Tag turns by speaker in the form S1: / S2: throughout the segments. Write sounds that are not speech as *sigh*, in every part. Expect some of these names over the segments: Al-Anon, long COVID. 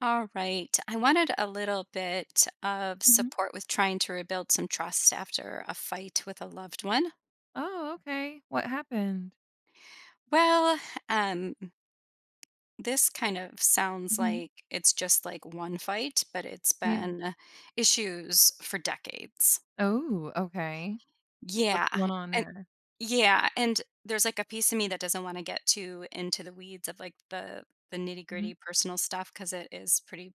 S1: All right. I wanted a little bit of
S2: Mhm.
S1: support with trying to rebuild some trust after a fight with a loved one.
S2: Oh, okay. What happened?
S1: Well, um, this kind of sounds
S2: Mhm.
S1: like it's just like one fight, but it's
S2: Yeah.
S1: been issues for decades.
S2: Oh, okay. What's
S1: Yeah.
S2: going on
S1: And
S2: there?
S1: yeah, and there's like a piece of me that doesn't want to get too into the weeds of like the nitty-gritty
S2: Mhm.
S1: personal stuff because it is pretty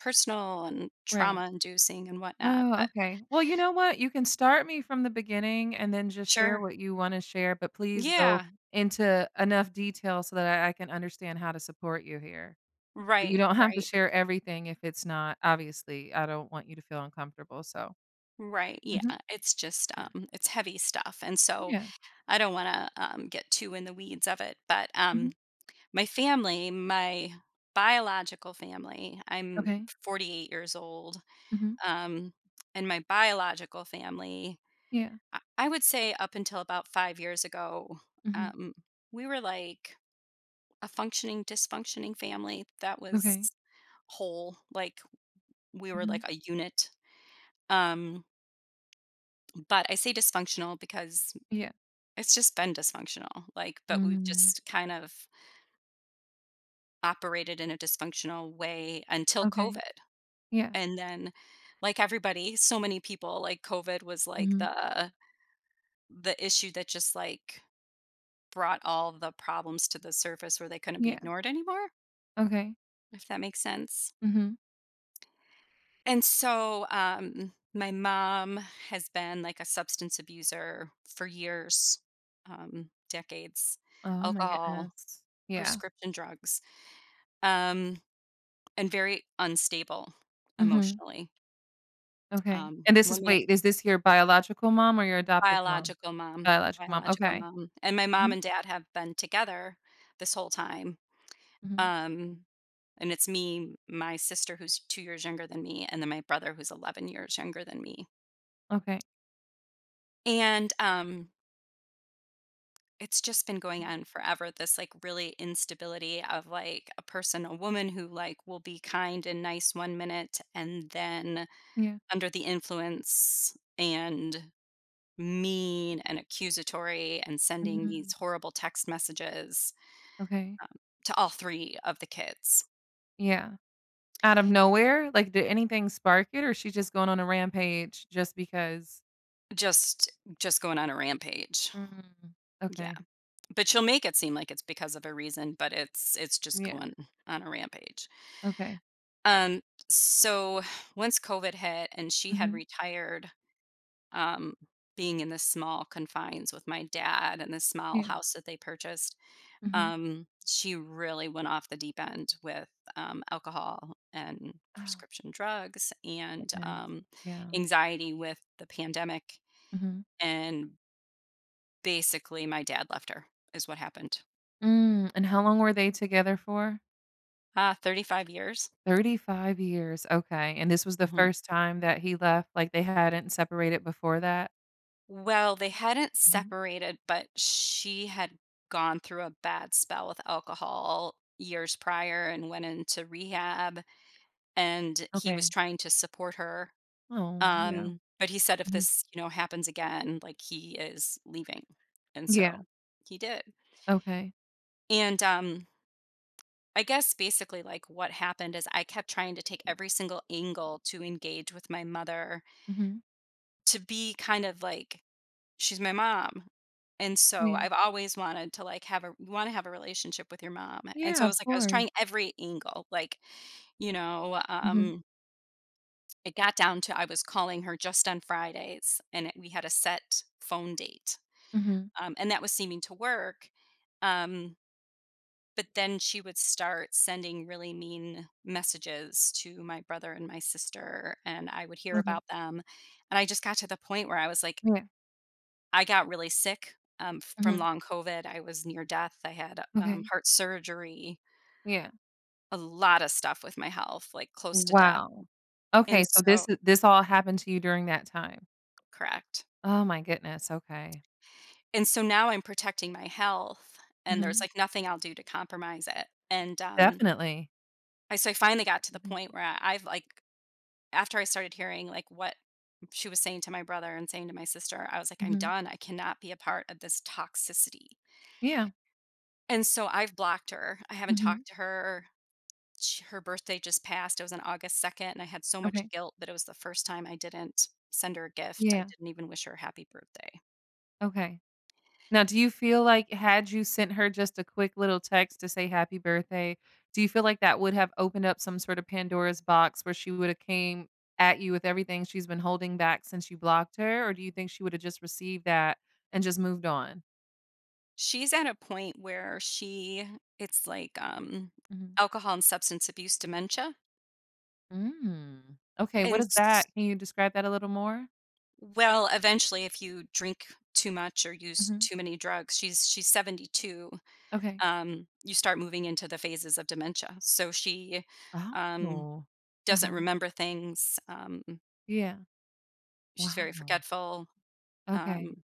S1: personal and
S2: Right.
S1: trauma inducing and whatnot.
S2: Oh,
S1: But
S2: okay. Well, you know what? You can start me from the beginning and then just share
S1: sure.
S2: what you wanna share, but please go
S1: Yeah.
S2: into enough detail so that I can understand how to support you here. But You
S1: Right,
S2: don't have to
S1: right,
S2: share everything if it's not obviously, I don't want you to feel uncomfortable, so
S1: right.
S2: Mhm.
S1: Yeah, it's just it's heavy stuff. And so
S2: Yeah.
S1: I don't want to get too in the weeds of it, but
S2: Mhm.
S1: my family, my biological family, I'm
S2: Okay.
S1: 48 years old.
S2: Mhm.
S1: Um and my biological family,
S2: Yeah.
S1: I would say up until about 5 years ago,
S2: Mhm.
S1: um we were like a functioning dysfunctioning family that
S2: Okay.
S1: was whole, like we were
S2: Mhm.
S1: like a unit, um but I say dysfunctional because
S2: Yeah.
S1: it's just been dysfunctional, like, but we've
S2: Mm.
S1: just kind of operated in a dysfunctional way until
S2: Okay.
S1: COVID,
S2: Yeah.
S1: and then, like everybody, so many people, like, COVID was, like,
S2: Mhm.
S1: the issue that just, like, brought all the problems to the surface where they couldn't be
S2: Yeah.
S1: ignored anymore,
S2: Okay.
S1: if that makes sense.
S2: Mhm.
S1: And so, my mom has been, like, a substance abuser for years, decades,
S2: Oh my
S1: alcohol,
S2: goodness. Yeah.
S1: prescription drugs, um and very unstable
S2: Mhm.
S1: emotionally.
S2: Okay. And this
S1: One
S2: is
S1: minute,
S2: wait, is this your biological mom or your adoptive mom?
S1: biological mom.
S2: Biological mom. Okay.
S1: And my mom
S2: Mhm.
S1: and dad have been together this whole time,
S2: Mhm.
S1: um, and it's me, my sister who's 2 years younger than me, and then my brother who's 11 years younger than me.
S2: Okay.
S1: And, it's just been going
S2: Mhm.
S1: on forever, this, like, really instability of, like, a person, a woman who, like, will be kind and nice one minute, and then
S2: Yeah.
S1: under the influence and mean and accusatory and sending these
S2: Mm.
S1: horrible text messages,
S2: Okay.
S1: um, to all three of the kids,
S2: Yeah. Out of nowhere? Like, did anything spark it or is she just going on a rampage just because?
S1: just just going on a rampage.
S2: Mm.
S1: Yeah,
S2: Okay.
S1: but she'll make it seem like it's because of a reason, but it's just
S2: Yeah.
S1: going on a rampage.
S2: Okay.
S1: um so once COVID hit and she had
S2: Mhm.
S1: retired, um being in the small confines with my dad and the small
S2: Yeah.
S1: house that they purchased.
S2: Mhm.
S1: She really went off the deep end with, alcohol and
S2: Oh,
S1: prescription drugs and,
S2: goodness. Yeah.
S1: anxiety with the pandemic,
S2: Mhm.
S1: and basically my dad left her is what happened.
S2: Mm, and how long were they together for?
S1: 35 years?
S2: 35 years, okay, and this was the
S1: Mhm.
S2: first time that he left, like, they hadn't separated before that?
S1: Well, they hadn't
S2: Mhm,
S1: separated, but she had gone through a bad spell with alcohol years prior and went into rehab, and he was
S2: okay.
S1: trying to support her.
S2: Oh, yeah.
S1: But he said if
S2: Mhm.
S1: this, happens again, like, he is leaving, and
S2: Yeah,
S1: so he did.
S2: okay.
S1: And, I guess basically, like, what happened is I kept trying to take every single angle to engage with my mother
S2: Mhm.
S1: to be kind of like, she's my mom, and so
S2: Yeah.
S1: I've always wanted to, like, have a wanna have a relationship with your mom, and so
S2: Yeah,
S1: it
S2: of
S1: was like I was
S2: course.
S1: trying every angle, like, you know,
S2: Mhm,
S1: um, it got down to I was calling her just on Fridays, and it we had a set phone date.
S2: mhm,
S1: And that was seeming to work. Um, but then she would start sending really mean messages to my brother and my sister, and I would hear
S2: okay.
S1: about them. And I just got to the point where I was like,
S2: Yeah,
S1: I got really sick, from
S2: mhm,
S1: long COVID. I was near death. I had,
S2: okay.
S1: heart surgery,
S2: Yeah.
S1: a lot of stuff with my health, like close to death.
S2: Wow.
S1: And
S2: Okay, so this
S1: so,
S2: i this all happened to you during that time?
S1: correct.
S2: Oh my goodness, okay.
S1: And so now I'm protecting my health, and there's
S2: Mhm.
S1: like nothing I'll do to compromise it. And
S2: Definitely.
S1: I so I finally got to the
S2: Mhm,
S1: point where I've, like, after I started hearing like what she was saying to my brother and saying to my sister, I was like, I'm
S2: mhm.
S1: done. I cannot be a part of this toxicity.
S2: Yeah.
S1: And so I've blocked her. I haven't
S2: Mhm.
S1: talked to her. Sh Her birthday just passed. It was on August 2nd, and I had so much
S2: Okay.
S1: guilt that it was the first time I didn't send her a gift. I
S2: Yeah,
S1: didn't even wish her a happy birthday.
S2: okay. Now, do you feel like had you sent her just a quick little text to say happy birthday, do you feel like that would have opened up some sort of Pandora's box where she would have came at you with everything she's been holding back since you blocked her, or do you think she would have just received that and just moved on?
S1: She's at a point where she it's like,
S2: Mhm.
S1: alcohol and substance abuse dementia,
S2: Mm. Okay,
S1: and
S2: what is
S1: s
S2: that? Can you describe that a little more?
S1: well, eventually, if you drink too much or use
S2: Mhm.
S1: too many drugs, she's 72,
S2: Okay.
S1: you start moving into the phases of dementia. So she, um,
S2: Oh.
S1: doesn't
S2: Uh-huh.
S1: remember things,
S2: Yeah.
S1: she's very
S2: Wow.
S1: forgetful,
S2: Okay.
S1: um,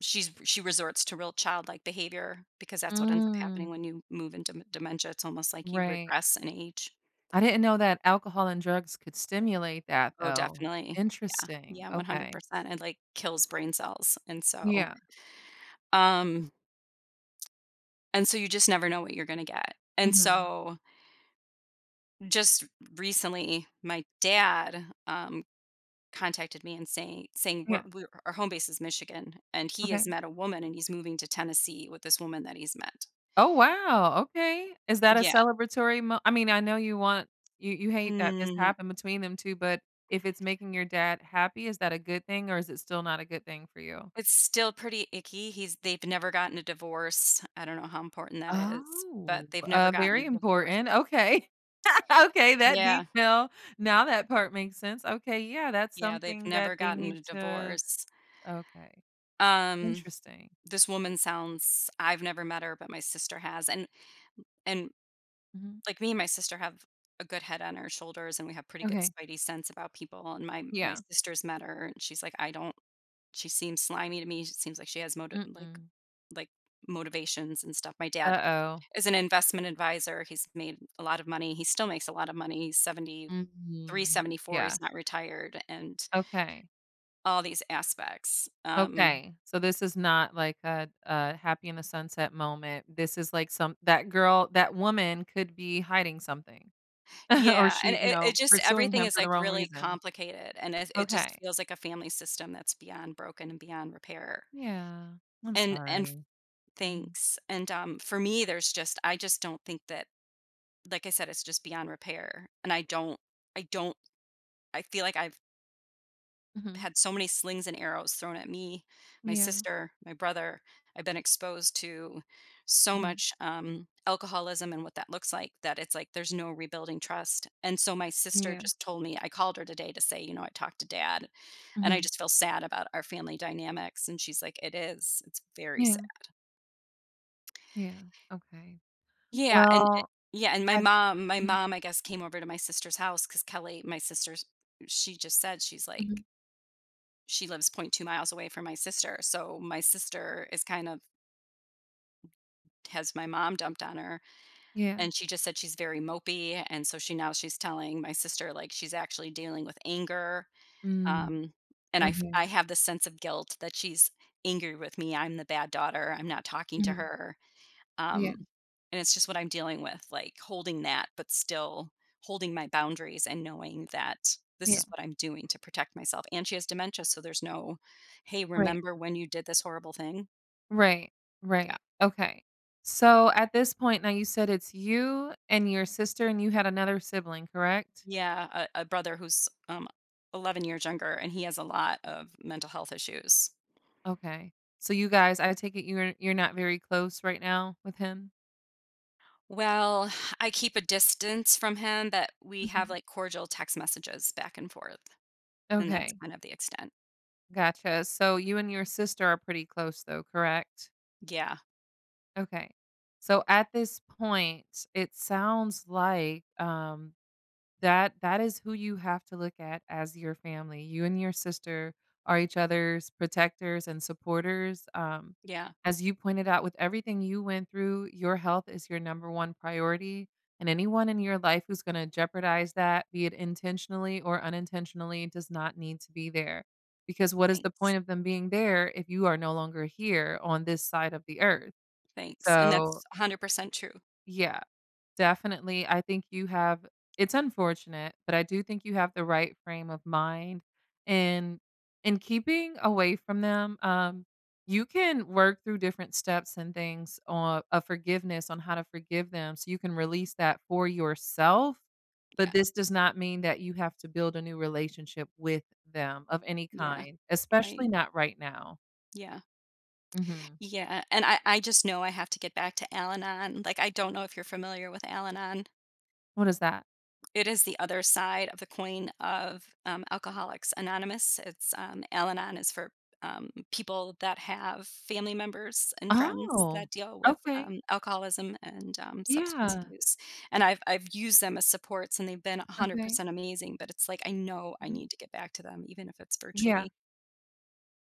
S1: she resorts to real childlike behavior because that's what ends up happening when
S2: Mm.
S1: you move into m dementia. It's almost like you
S2: Right.
S1: regress in age.
S2: I didn't know that alcohol and drugs could stimulate that
S1: Oh,
S2: though.
S1: definitely. Yeah.
S2: Interesting,
S1: Yeah,
S2: okay.
S1: 100%. It, like, kills brain cells,
S2: Yeah,
S1: um and so you just never know what you're gonna get, and
S2: mhm.
S1: so, just recently, my dad, contacted me and saying
S2: Yeah,
S1: we're our home base is Michigan, and he
S2: okay.
S1: has met a woman, and he's moving to Tennessee with this woman that he's met.
S2: Oh, wow, okay. Is that a
S1: Yeah.
S2: celebratory mo I mean, I know you want you you hate that this
S1: Mhm.
S2: happened between them two, but if it's making your dad happy, is that a good thing or is it still not a good thing for you?
S1: It's still pretty icky. He's They've never gotten a divorce. I don't know how important that is, but
S2: Oh,
S1: they've never gotten a
S2: very
S1: divorce.
S2: important, okay. *laughs* Okay, that
S1: Yeah.
S2: detail, now that part makes sense. Okay, yeah, that's
S1: Yeah, they've
S2: something that
S1: never
S2: they
S1: gotten
S2: need
S1: a
S2: to
S1: divorce.
S2: okay,
S1: Um,
S2: interesting.
S1: this woman sounds I've never met her, but my sister has, and,
S2: Mhm.
S1: like, me and my sister have a good head on our shoulders, and we have pretty good
S2: Okay.
S1: spidey sense about people, and my
S2: Yeah.
S1: sister's met her, and she's like, "I don't She seems slimy to me, she seems like she has moti like
S2: Mm-mm.
S1: like, motivations and stuff." My dad
S2: Uh-oh.
S1: is an investment advisor. He's made a lot of money. He still makes a lot of money. He's 73,
S2: Mhm.
S1: 74.
S2: Yeah.
S1: He's not retired, and
S2: Okay.
S1: all these aspects.
S2: Okay. So this is not like a happy in the sunset moment. This is like some that girl, that woman could be hiding something *laughs* or
S1: Yeah, and
S2: she,
S1: it just
S2: pursuing
S1: everything
S2: him
S1: is,
S2: for the
S1: like,
S2: wrong
S1: really
S2: reason.
S1: complicated, and it just
S2: Okay.
S1: feels like a family system that's beyond broken and beyond repair.
S2: Yeah. I'm
S1: And
S2: sorry. Mhm.
S1: thanks, and, for me, there's just I just don't think that, like I said, it's just beyond repair, and I don't I don't I feel like I've
S2: Mhm.
S1: had so many slings and arrows thrown at me, my
S2: Yeah.
S1: sister, my brother. I've been exposed to so
S2: Mhm.
S1: much, alcoholism and what that looks like, that it's like there's no rebuilding trust. And so my sister
S2: Yeah.
S1: just told me, I called her today to say, I talked to dad and I
S2: Mhm.
S1: just feel sad about our family dynamics. And she's like, it is, it's very
S2: Yeah.
S1: sad.
S2: Yeah. Okay.
S1: Yeah.
S2: Well,
S1: Yeah. And my
S2: I
S1: mom,
S2: Mhm.
S1: I guess, came over to my sister's house because Kelly, my sister's, she just said, she's like,
S2: Mhm.
S1: she lives zero point 0.2 miles away from my sister. So my sister is kind of has my mom dumped on her,
S2: Yeah.
S1: and she just said she's very mopey, and so she now she's telling my sister like she's actually dealing with anger,
S2: Mm.
S1: um and I
S2: Okay.
S1: have the sense of guilt that she's angry with me. I'm the bad daughter. I'm not talking to
S2: Mhm.
S1: her, um
S2: Yeah.
S1: and it's just what I'm dealing with, like holding that but still holding my boundaries and knowing that this
S2: Yeah.
S1: is what I'm doing to protect myself. And she has dementia, so there's no "hey,
S2: Right,
S1: remember when you did this horrible thing."
S2: right,
S1: Yeah.
S2: right, okay. So, at this point now you said it's you and your sister and you had another sibling, correct?
S1: Yeah, a brother who's 11 years younger, and he has a lot of mental health issues.
S2: Okay. So you guys I take it you're not very close right now with him?
S1: Well, I keep a distance from him, but we have
S2: Mhm.
S1: like cordial text messages back and forth, and that's
S2: Okay,
S1: kind of the extent.
S2: gotcha. So you and your sister are pretty close though, correct?
S1: Yeah,
S2: Okay. So at this point, it sounds like, That that is who you have to look at as your family. You and your sister are each other's protectors and supporters.
S1: yeah,
S2: As you pointed out, with everything you went through, your health is your number one priority. And anyone in your life who's going to jeopardize that, be it intentionally or unintentionally, does not need to be there. Because what is the
S1: thanks,
S2: point of them being there if you are no longer here on this side of the earth?
S1: thanks, and
S2: So,
S1: that's 100% true.
S2: yeah, Definitely, I think you have it's unfortunate, but I do think you have the right frame of mind and in keeping away from them, you can work through different steps and things on of forgiveness on how to forgive them so you can release that for yourself,
S1: Yeah,
S2: but this does not mean that you have to build a new relationship with them of any
S1: yeah,
S2: kind, especially
S1: right,
S2: not right now.
S1: yeah,
S2: Mhm.
S1: yeah, and I just know I have to get back to Al-Anon, like, I don't know if you're familiar with Al-Anon.
S2: What is that?
S1: It is the other side of the coin of, Alcoholics Anonymous. Al-Anon is for, people that have family members and friends
S2: Oh,
S1: that deal with,
S2: okay.
S1: alcoholism and, substance
S2: Yeah,
S1: abuse, and I've used them as supports, and they've been
S2: okay.
S1: 100% amazing, but it's like, I know I
S2: Mhm.
S1: need to get back to them even if it's
S2: Yeah.
S1: virtually.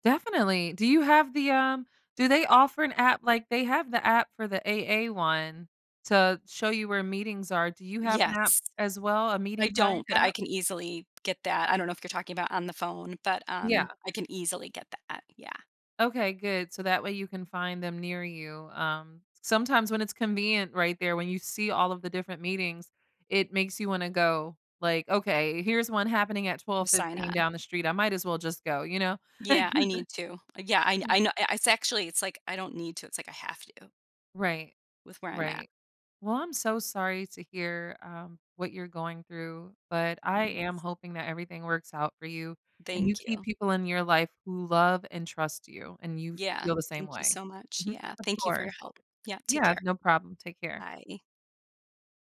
S2: Definitely. Do you have the, do they offer an app? Like, they have the app for the AA one to show you where meetings are. Do you have an app
S1: Yes.
S2: as well, a
S1: I
S2: meeting guide
S1: don't, but I
S2: app?
S1: can easily get that. I don't know if you're talking about on the phone, but,
S2: Yeah.
S1: I can easily get that. Yeah,
S2: Okay, good. So that way you can find them near you. Sometimes when it's convenient right there, when you see all of the different meetings, it makes you wanna go, like, "Okay, here's one happening at
S1: just sign on.
S2: 12:15 down the street. I might as well just go," you know?
S1: Yeah, I
S2: *laughs*
S1: need to. Yeah, I
S2: Yeah.
S1: I know it's actually it's like I don't need to, it's like I have to,
S2: Right.
S1: with where I'm at.
S2: Right. Well, I'm so sorry to hear what you're going through, but I am
S1: Thanks.
S2: hoping that everything works out for you and you
S1: Thank
S2: keep
S1: you.
S2: people in your life who love and trust you and you
S1: Yeah,
S2: feel the same
S1: thank you
S2: way.
S1: so much.
S2: Mhm.
S1: Yeah,
S2: Of
S1: thank you for your
S2: course.
S1: help. Yeah, take
S2: Yeah,
S1: care.
S2: no problem. Take care.
S1: Bye.